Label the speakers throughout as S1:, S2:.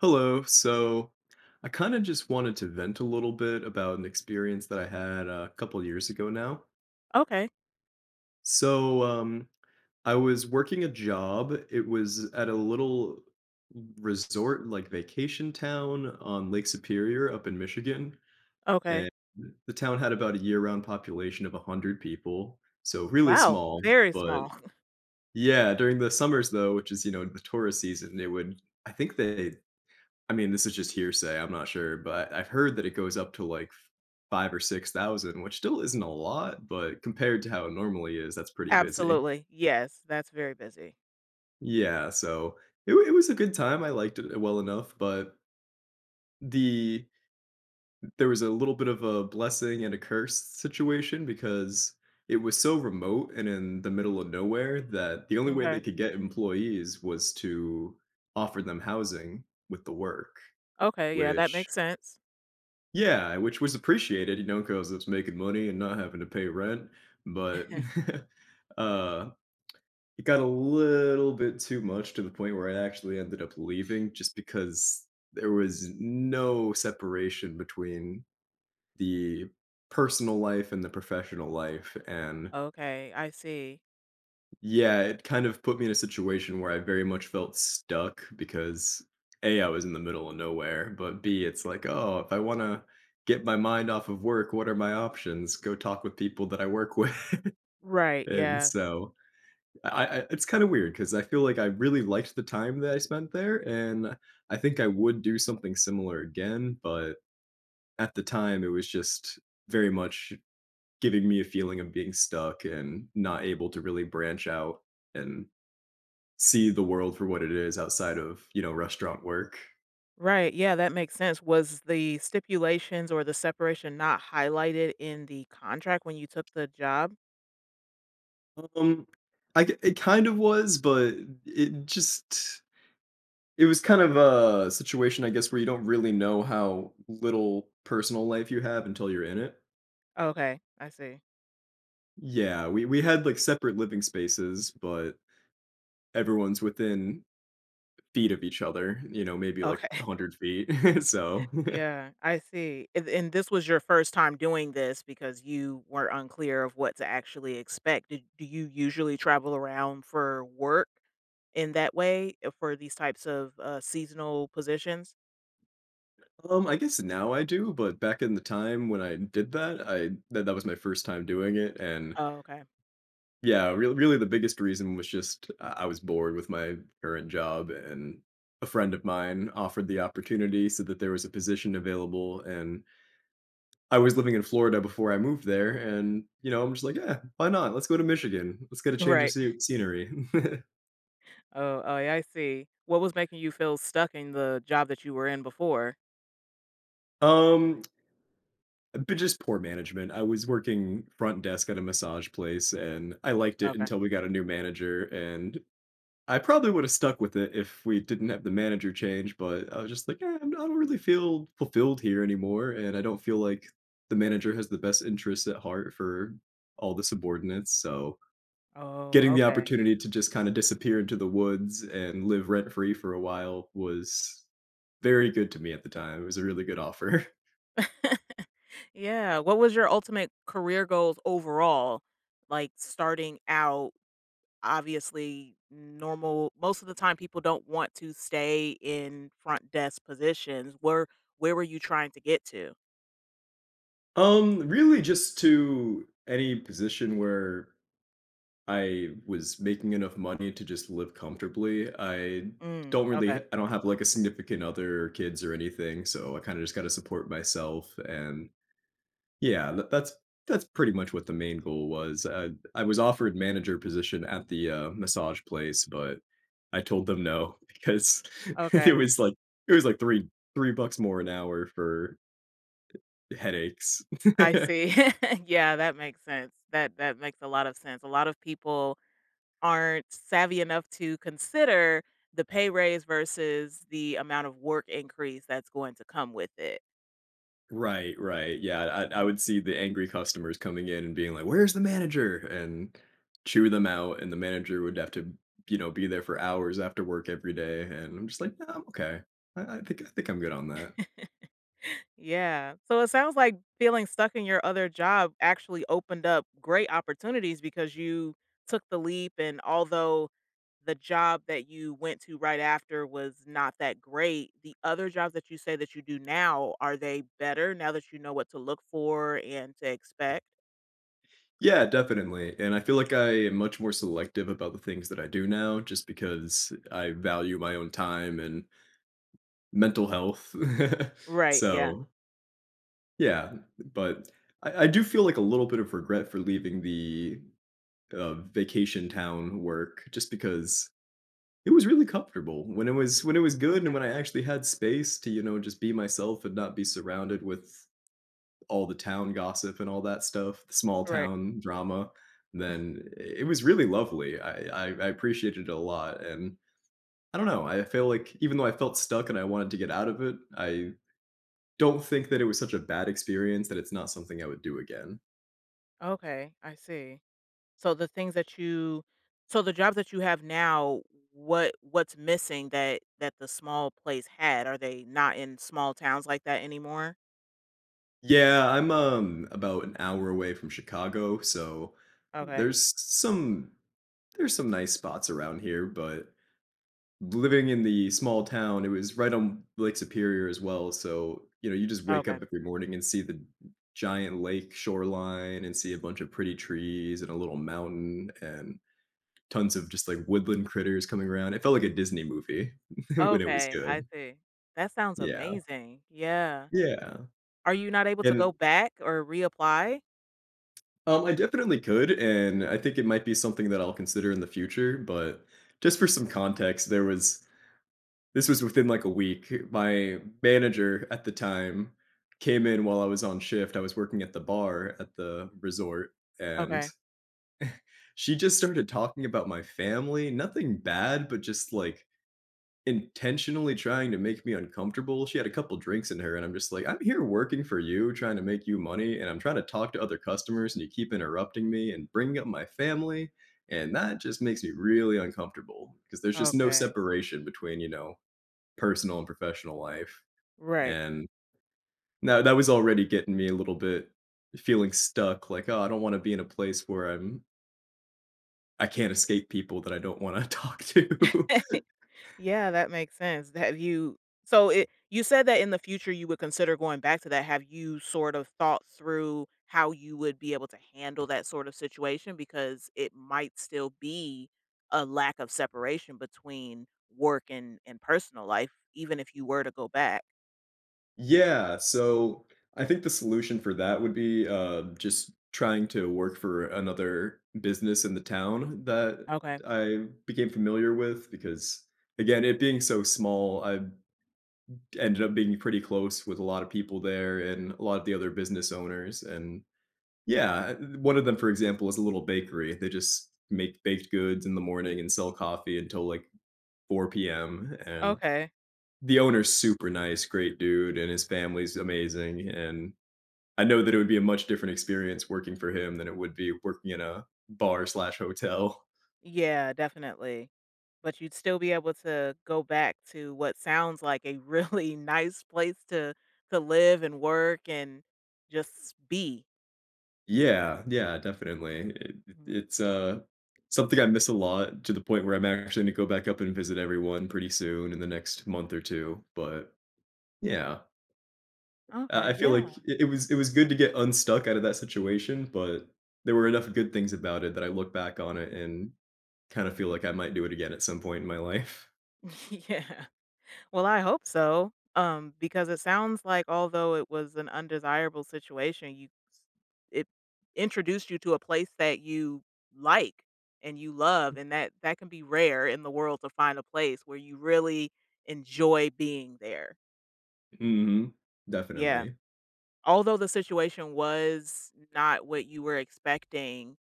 S1: Hello. I kind of just wanted to vent a little bit about an experience that I had a couple years ago now.
S2: Okay,
S1: So um, I was working a job. It was at a little resort, like vacation town on Lake Superior up in Michigan.
S2: okay.
S1: And the town had about a year-round population of 100 people. So really
S2: Wow,
S1: small.
S2: very
S1: But
S2: small.
S1: yeah, during the summers, though, which is, the tourist season, it would, I think they I mean, this is just hearsay, I'm not sure, but I've heard that it goes up to, like, 5 or 6,000, which still isn't a lot, but compared to how it normally is, that's pretty busy.
S2: Absolutely. Yes, that's very busy.
S1: Yeah, so it was a good time, I liked it well enough, but the there was a little bit of a blessing and a curse situation because it was so remote and in the middle of nowhere that the only way they
S2: Okay.
S1: could get employees was to offer them housing with the work,
S2: Okay, yeah, that
S1: which
S2: makes sense.
S1: yeah, which was appreciated, you know, because it's making money and not having to pay rent, but, uh, it got a little bit too much to the point where I actually ended up leaving just because there was no separation between the personal life and the professional life. And
S2: Okay, I see.
S1: yeah, it kind of put me in a situation where I very much felt stuck because A, I was in the middle of nowhere, but B, it's like, oh, if I want to get my mind off of work, what are my options? Go talk with people that I work with.
S2: Right,
S1: And
S2: yeah.
S1: so I it's kind of weird because I feel like I really liked the time that I spent there. And I think I would do something similar again, but at the time it was just very much giving me a feeling of being stuck and not able to really branch out and see the world for what it is outside of, restaurant work.
S2: Right, yeah, that makes sense. Was the stipulations or the separation not highlighted in the contract when you took the job?
S1: Um, I g it kind of was, but it just it was kind of a situation, I guess, where you don't really know how little personal life you have until you're in it.
S2: Okay, I see.
S1: Yeah, we had, like, separate living spaces, but everyone's within feet of each other, you know, maybe, like,
S2: Okay.
S1: 100 feet. so
S2: Yeah, I see. And this was your first time doing this because you were unclear of what to actually expect. Do you usually travel around for work, in that way, for these types of, seasonal positions?
S1: I guess now I do, but back in the time when I did that, I that was my first time doing it. And
S2: Oh, okay.
S1: yeah, really. The biggest reason was just I was bored with my current job, and a friend of mine offered the opportunity, so that there was a position available, and I was living in Florida before I moved there, and, you know, I'm just like, "Yeah, why not? Let's go to Michigan. Let's get a change of
S2: Right.
S1: scenery."
S2: Oh, yeah, I see. What was making you feel stuck in the job that you were in before?
S1: Um, but just poor management. I was working front desk at a massage place, and I liked it
S2: Okay.
S1: until we got a new manager, and I probably would have stuck with it if we didn't have the manager change, but I was just like, "Eh, I don't really feel fulfilled here anymore, and I don't feel like the manager has the best interests at heart for all the subordinates." So
S2: Oh,
S1: getting the
S2: okay.
S1: opportunity to just kind of disappear into the woods and live rent free for a while was very good to me at the time. It was a really good offer.
S2: Yeah, what was your ultimate career goals overall? Like, starting out, obviously, normal most of the time, people don't want to stay in front desk positions. Where were you trying to get to?
S1: Really just to any position where I was making enough money to just live comfortably.
S2: Mm, okay,
S1: I don't have, like, a significant other or kids or anything, so I kinda just gotta support myself, and yeah, that's pretty much what the main goal was. I was offered manager position at the, massage place, but I told them no because it
S2: okay.
S1: was like it was like 3 3 bucks more an hour for headaches.
S2: I see. Yeah, that makes sense. That makes a lot of sense. A lot of people aren't savvy enough to consider the pay raise versus the amount of work increase that's going to come with it.
S1: Right, right. Yeah, I would see the angry customers coming in and being like, "Where's the manager?" and chew them out, and the manager would have to, you know, be there for hours after work every day, and I'm just like, "No, I'm okay. I think I'm good on that."
S2: Yeah. So it sounds like feeling stuck in your other job actually opened up great opportunities because you took the leap, and although the job that you went to right after was not that great, the other jobs that you say that you do now, are they better now that you know what to look for and to expect?
S1: Yeah, definitely. And I feel like I am much more selective about the things that I do now just because I value my own time and mental health.
S2: Right, yeah.
S1: So, yeah, but I do feel like a little bit of regret for leaving the vacation town work just because it was really comfortable when it was good and
S2: Okay.
S1: when I actually had space to, you know, just be myself and not be surrounded with all the town gossip and all that stuff, the small
S2: Right.
S1: town drama. Then it was really lovely. I appreciated it a lot, and I don't know. I feel like even though I felt stuck and I wanted to get out of it, I don't think that it was such a bad experience that it's not something I would do again.
S2: Okay, I see. So the things that you so the jobs that you have now, what's missing that the small place had? Are they not in small towns like that anymore?
S1: Yeah, I'm, about an hour away from Chicago, so
S2: Okay.
S1: there's some there's some nice spots around here, but living in the small town, it was right on Lake Superior as well, so, you know, you just wake up
S2: Okay.
S1: every morning and see the giant lake shoreline and see a bunch of pretty trees and a little mountain and tons of just, like, woodland critters coming around. It felt like a Disney movie when it was
S2: Okay, I
S1: good.
S2: see. That sounds
S1: Yeah.
S2: amazing. Yeah.
S1: Yeah.
S2: Are you not able to go
S1: And
S2: back or reapply?
S1: I definitely could, and I think it might be something that I'll consider in the future, but just for some context, there was this was within like a week. My manager at the time came in while I was on shift. I was working at the bar at the resort, and
S2: Okay.
S1: she just started talking about my family. Nothing bad, but just like intentionally trying to make me uncomfortable. She had a couple drinks in her, and I'm just like, I'm here working for you, trying to make you money, and I'm trying to talk to other customers, and you keep interrupting me and bringing up my family. And that just makes me really uncomfortable because there's just no
S2: Okay.
S1: separation between, you know, personal and professional life.
S2: Right.
S1: And now that was already getting me a little bit feeling stuck, like, oh, I don't want to be in a place where I can't escape people that I don't want to talk to.
S2: Yeah, that makes sense. Have you so it You said that in the future you would consider going back to that. Have you sort of thought through how you would be able to handle that sort of situation? Because it might still be a lack of separation between work and personal life, even if you were to go back.
S1: Yeah, so I think the solution for that would be, just trying to work for another business in the town that
S2: Okay.
S1: I became familiar with because, again, it being so small, I ended up being pretty close with a lot of people there and a lot of the other business owners, and yeah, one of them, for example, is a little bakery. They just make baked goods in the morning and sell coffee until, like, 4 PM, and
S2: Okay.
S1: the owner's super nice, great dude, and his family's amazing, and I know that it would be a much different experience working for him than it would be working in a bar slash hotel.
S2: Yeah, definitely. But you'd still be able to go back to what sounds like a really nice place to live and work and just be.
S1: Yeah, yeah, definitely.
S2: Mhm.
S1: It's something I miss a lot to the point where I'm actually going to go back up and visit everyone pretty soon in the next month or two. But yeah, I
S2: Okay,
S1: feel
S2: yeah.
S1: like it was good to get unstuck out of that situation, but there were enough good things about it that I look back on it and kind of feel like I might do it again at some point in my life.
S2: Yeah. Well, I hope so, because it sounds like although it was an undesirable situation, you s it introduced you to a place that you like and you love, and that can be rare in the world, to find a place where you really enjoy being there.
S1: hmm
S2: Yeah.
S1: Definitely.
S2: Although the situation was not what you were expecting,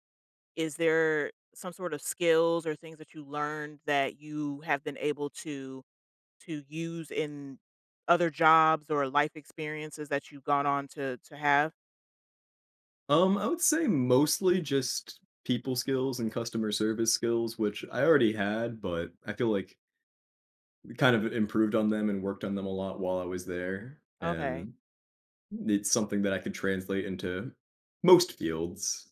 S2: is there some sort of skills or things that you learned that you have been able to use in other jobs or life experiences that you've gone on to have?
S1: I would say mostly just people skills and customer service skills, which I already had, but I feel like kind of improved on them and worked on them a lot while I was there.
S2: Okay.
S1: And it's something that I could translate into most fields.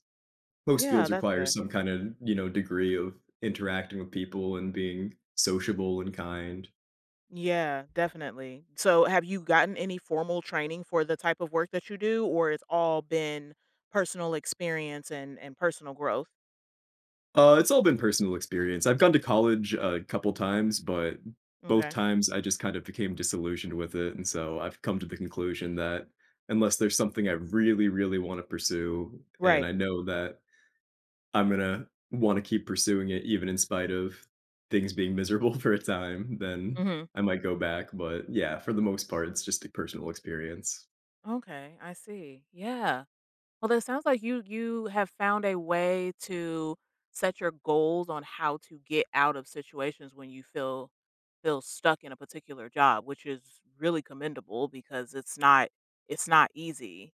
S1: Most
S2: Yeah,
S1: fields
S2: that's
S1: require
S2: good.
S1: some kind of, you know, degree of interacting with people and being sociable and kind.
S2: Yeah, definitely. So have you gotten any formal training for the type of work that you do, or it's all been personal experience and personal growth?
S1: It's all been personal experience. I've gone to college a couple times, but both
S2: Okay.
S1: times I just kind of became disillusioned with it. And so I've come to the conclusion that unless there's something I really, really want to pursue, and
S2: Right.
S1: I know that I'm going to want to keep pursuing it, even in spite of things being miserable for a time, then
S2: Mhm.
S1: I might go back. But yeah, for the most part, it's just a personal experience.
S2: Okay, I see. Yeah. Well, that sounds like you have found a way to set your goals on how to get out of situations when you feel stuck in a particular job, which is really commendable because it's not easy.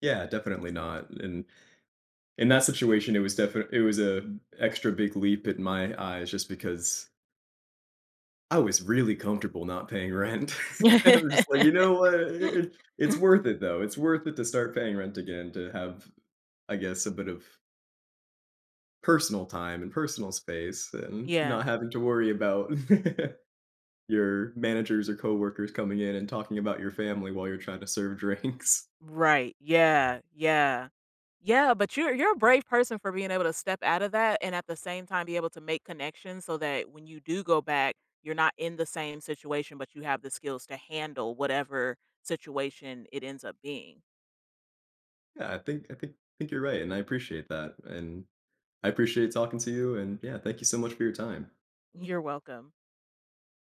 S1: Yeah, definitely not. And in that situation, it was definitely it was a extra big leap in my eyes, just because I was really comfortable not paying rent. I'm just like, "You know what? It's worth it, though. It's worth it to start paying rent again, to have, I guess, a bit of personal time and personal space and
S2: Yeah.
S1: not having to worry about your managers or coworkers coming in and talking about your family while you're trying to serve drinks."
S2: Right. Yeah. Yeah. Yeah, but you're a brave person for being able to step out of that, and at the same time be able to make connections so that when you do go back, you're not in the same situation, but you have the skills to handle whatever situation it ends up being.
S1: Yeah, I think you're right, and I appreciate that, and I appreciate talking to you, and, yeah, thank you so much for your time.
S2: You're welcome.